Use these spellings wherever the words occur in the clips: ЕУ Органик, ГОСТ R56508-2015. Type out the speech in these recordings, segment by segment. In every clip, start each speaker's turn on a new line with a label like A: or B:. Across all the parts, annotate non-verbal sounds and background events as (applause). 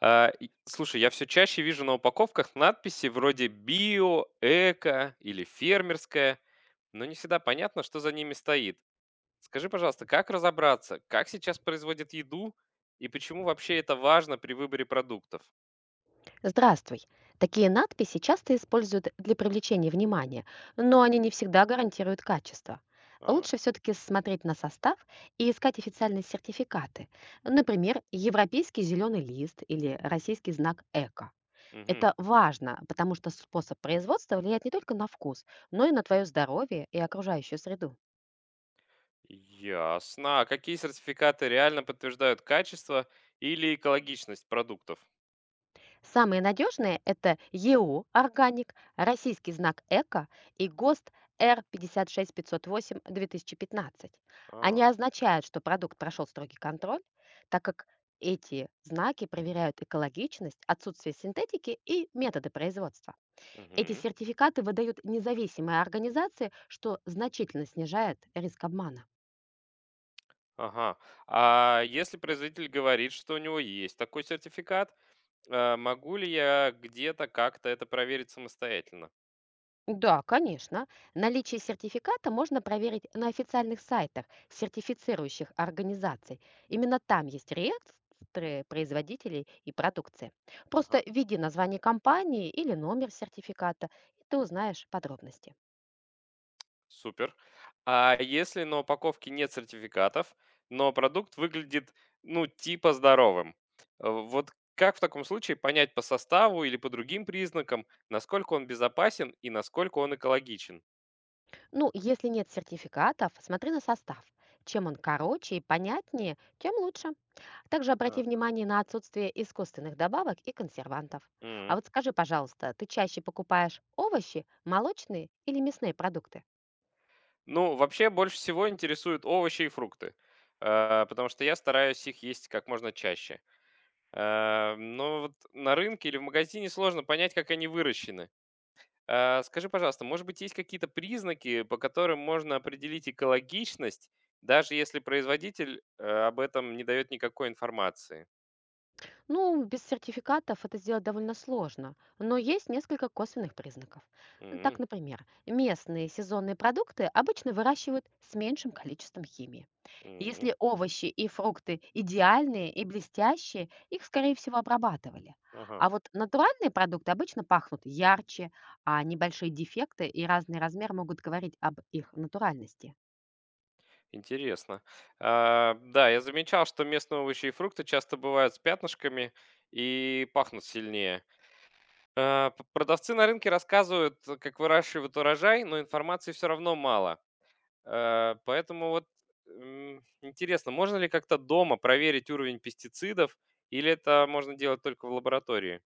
A: И слушай, я все чаще вижу на упаковках надписи вроде «био», «эко» или «фермерское», но не всегда понятно, что за ними стоит. Скажи, пожалуйста, как разобраться, как сейчас производят еду и почему вообще это важно при выборе продуктов?
B: Здравствуй. Такие надписи часто используют для привлечения внимания, но они не всегда гарантируют качество.
A: А,
B: Лучше все-таки смотреть на состав и искать официальные сертификаты. Например, европейский зеленый лист или российский знак эко.
A: мгм.
B: Это важно, потому что способ производства влияет не только на вкус, но и на твое здоровье и окружающую среду.
A: Ясно. А какие сертификаты реально подтверждают качество или экологичность продуктов?
B: Самые надежные – это ЕУ «Органик», российский знак «Эко» и ГОСТ R56508-2015. Они
A: А,
B: означают, что продукт прошел строгий контроль, так как эти знаки проверяют экологичность, отсутствие синтетики и методы производства. Эти
A: мгм.
B: сертификаты выдают независимые организации, что значительно снижает риск обмана.
A: Ага. А если производитель говорит, что у него есть такой сертификат, могу ли я где-то как-то это проверить самостоятельно?
B: Да, конечно. Наличие сертификата можно проверить на официальных сайтах сертифицирующих организаций. Именно там есть реестры производителей и продукции.
A: Ага,
B: Просто введи название компании или номер сертификата, и ты узнаешь подробности.
A: супер. А если на упаковке нет сертификатов, но продукт выглядит, ну, типа здоровым? Вот как в таком случае понять по составу или по другим признакам, насколько он безопасен и насколько он экологичен?
B: Ну, если нет сертификатов, смотри на состав. Чем он короче и понятнее, тем лучше. Также обрати
A: А,
B: внимание на отсутствие искусственных добавок и консервантов.
A: м.
B: А вот скажи, пожалуйста, ты чаще покупаешь овощи, молочные или мясные продукты?
A: Ну, вообще больше всего интересуют овощи и фрукты, потому что я стараюсь их есть как можно чаще. Но вот на рынке или в магазине сложно понять, как они выращены. Скажи, пожалуйста, может быть, есть какие-то признаки, по которым можно определить экологичность, даже если производитель об этом не дает никакой информации?
B: Ну, без сертификатов это сделать довольно сложно, но есть несколько косвенных признаков. Ну, так,
A: М,
B: например, местные сезонные продукты обычно выращивают с меньшим количеством химии.
A: м,
B: Если овощи и фрукты идеальные и блестящие, их, скорее всего, обрабатывали.
A: Ага,
B: А вот натуральные продукты обычно пахнут ярче, а небольшие дефекты и разный размер могут говорить об их натуральности.
A: интересно. Да, я замечал, что местные овощи и фрукты часто бывают с пятнышками и пахнут сильнее. Продавцы на рынке рассказывают, как выращивают урожай, но информации все равно мало. Поэтому вот, интересно, можно ли как-то дома проверить уровень пестицидов или это можно делать только в лаборатории?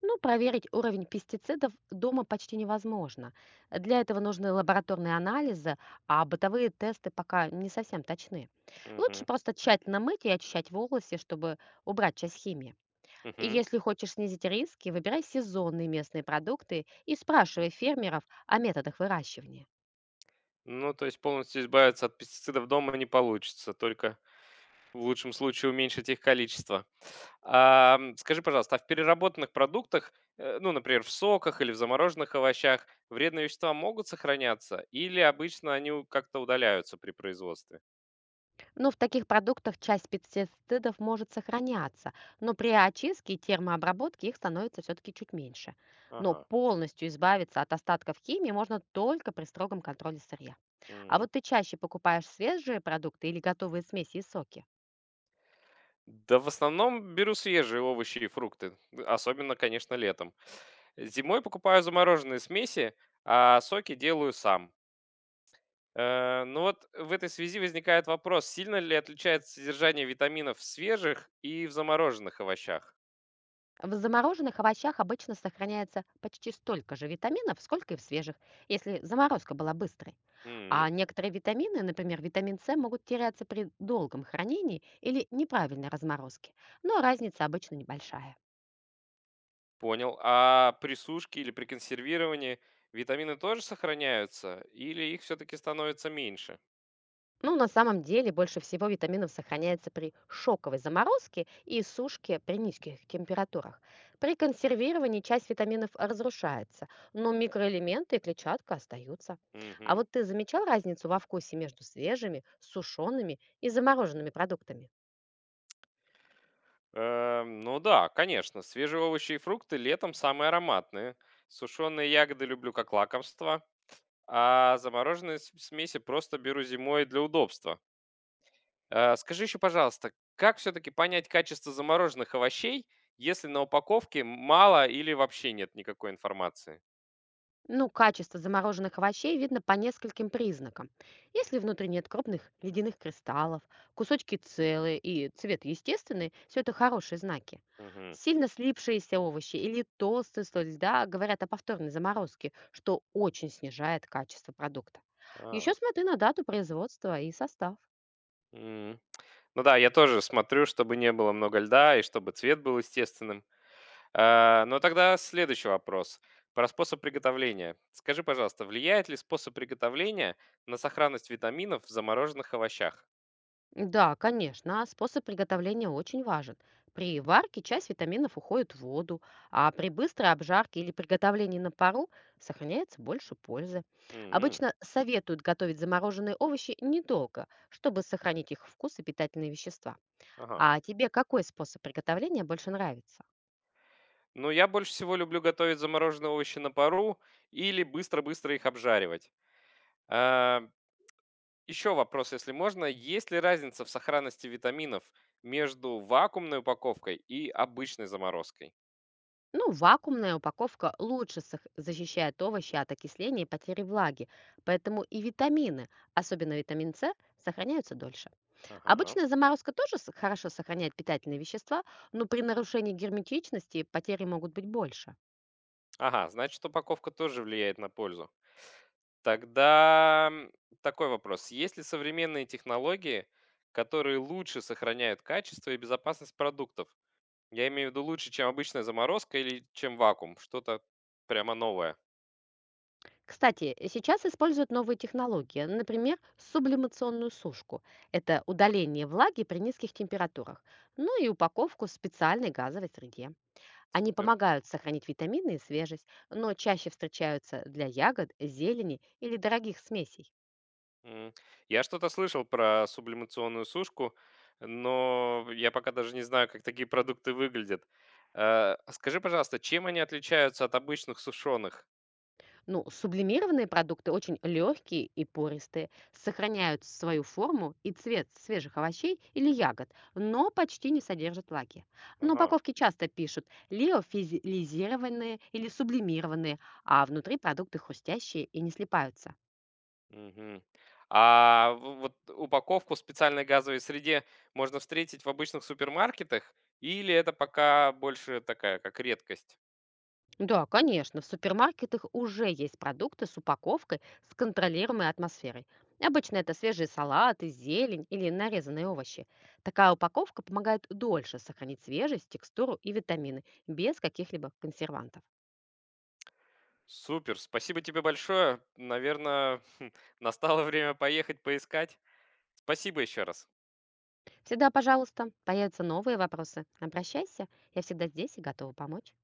B: Ну, проверить уровень пестицидов дома почти невозможно. Для этого нужны лабораторные анализы, а бытовые тесты пока не совсем точны. Лучше
A: Мгм.
B: просто тщательно мыть и очищать волосы, чтобы убрать часть химии. И
A: Мгм.
B: если хочешь снизить риски, выбирай сезонные местные продукты и спрашивай фермеров о методах выращивания.
A: Ну, то есть полностью избавиться от пестицидов дома не получится, только в лучшем случае уменьшить их количество. Скажи, пожалуйста, а в переработанных продуктах, ну, например, в соках или в замороженных овощах, вредные вещества могут сохраняться или обычно они как-то удаляются при производстве?
B: Но в таких продуктах часть пестицидов может сохраняться, но при очистке и термообработке их становится все-таки чуть меньше. Но
A: Ага.
B: полностью избавиться от остатков химии можно только при строгом контроле сырья. А вот ты чаще покупаешь свежие продукты или готовые смеси и соки?
A: Да, в основном беру свежие овощи и фрукты, особенно, конечно, летом. Зимой покупаю замороженные смеси, а соки делаю сам. Но вот в этой связи возникает вопрос, сильно ли отличается содержание витаминов в свежих и в замороженных овощах?
B: В замороженных овощах обычно сохраняется почти столько же витаминов, сколько и в свежих, если заморозка была быстрой.
A: М,
B: А некоторые витамины, например, витамин С, могут теряться при долгом хранении или неправильной разморозке, но разница обычно небольшая.
A: понял. А при сушке или при консервировании витамины тоже сохраняются или их все-таки становится меньше?
B: Ну, на самом деле, больше всего витаминов сохраняется при шоковой заморозке и сушке при низких температурах. При консервировании часть витаминов разрушается, но микроэлементы и клетчатка остаются. А
A: Мгм.
B: вот ты замечал разницу во вкусе между свежими, сушеными и замороженными продуктами?
A: Ну да, конечно, свежие овощи и фрукты летом самые ароматные. Сушеные ягоды люблю как лакомство, а замороженные смеси просто беру зимой для удобства. Скажи еще, пожалуйста, как все-таки понять качество замороженных овощей, если на упаковке мало или вообще нет никакой информации?
B: Ну, качество замороженных овощей видно по нескольким признакам. Если внутри нет крупных ледяных кристаллов, кусочки целые и цвет естественный, все это хорошие знаки.
A: Мгм.
B: Сильно слипшиеся овощи или толстый слой льда говорят о повторной заморозке, что очень снижает качество продукта. Еще
A: А,
B: смотри на дату производства и состав.
A: м. Ну да, я тоже смотрю, чтобы не было много льда и чтобы цвет был естественным. Ну тогда следующий вопрос про способ приготовления. Скажи, пожалуйста, влияет ли способ приготовления на сохранность витаминов в замороженных овощах?
B: Да, конечно, а способ приготовления очень важен. При варке часть витаминов уходит в воду, а при быстрой обжарке или приготовлении на пару сохраняется больше пользы.
A: М,
B: Обычно советуют готовить замороженные овощи недолго, чтобы сохранить их вкус и питательные вещества.
A: ага.
B: А тебе какой способ приготовления больше нравится?
A: Ну, я больше всего люблю готовить замороженные овощи на пару или быстро-быстро их обжаривать. А, еще вопрос, если можно. Есть ли разница в сохранности витаминов между вакуумной упаковкой и обычной заморозкой?
B: Ну, вакуумная упаковка лучше защищает овощи от окисления и потери влаги, поэтому и витамины, особенно витамин С, сохраняются дольше.
A: Ага.
B: Обычная заморозка тоже хорошо сохраняет питательные вещества, но при нарушении герметичности потери могут быть больше.
A: Ага, значит, упаковка тоже влияет на пользу. Тогда, такой вопрос. Есть ли современные технологии, которые лучше сохраняют качество и безопасность продуктов? Я имею в виду лучше, чем обычная заморозка или чем вакуум? Что-то прямо новое.
B: Кстати, сейчас используют новые технологии, например, сублимационную сушку. Это удаление влаги при низких температурах, ну и упаковку в специальной газовой среде. Они
A: Супер.
B: помогают сохранить витамины и свежесть, но чаще встречаются для ягод, зелени или дорогих смесей.
A: М. Я что-то слышал про сублимационную сушку, но я пока даже не знаю, как такие продукты выглядят. Скажи, пожалуйста, чем они отличаются от обычных сушеных?
B: Ну, сублимированные продукты очень легкие и пористые, сохраняют свою форму и цвет свежих овощей или ягод, но почти не содержат лаки. На
A: Ага.
B: упаковке часто пишут лиофизилизированные или сублимированные, а внутри продукты хрустящие и не слипаются.
A: Мгм. А в вот упаковку в специальной газовой среде можно встретить в обычных супермаркетах или это пока больше такая, как редкость?
B: Да, конечно, в супермаркетах уже есть продукты с упаковкой с контролируемой атмосферой. Обычно это свежие салаты, зелень или нарезанные овощи. Такая упаковка помогает дольше сохранить свежесть, текстуру и витамины без каких-либо консервантов.
A: Супер, спасибо тебе большое. Наверное, (laughs) настало время поехать поискать. Спасибо еще раз.
B: Всегда, пожалуйста, появятся новые вопросы. Обращайся, я всегда здесь и готова помочь.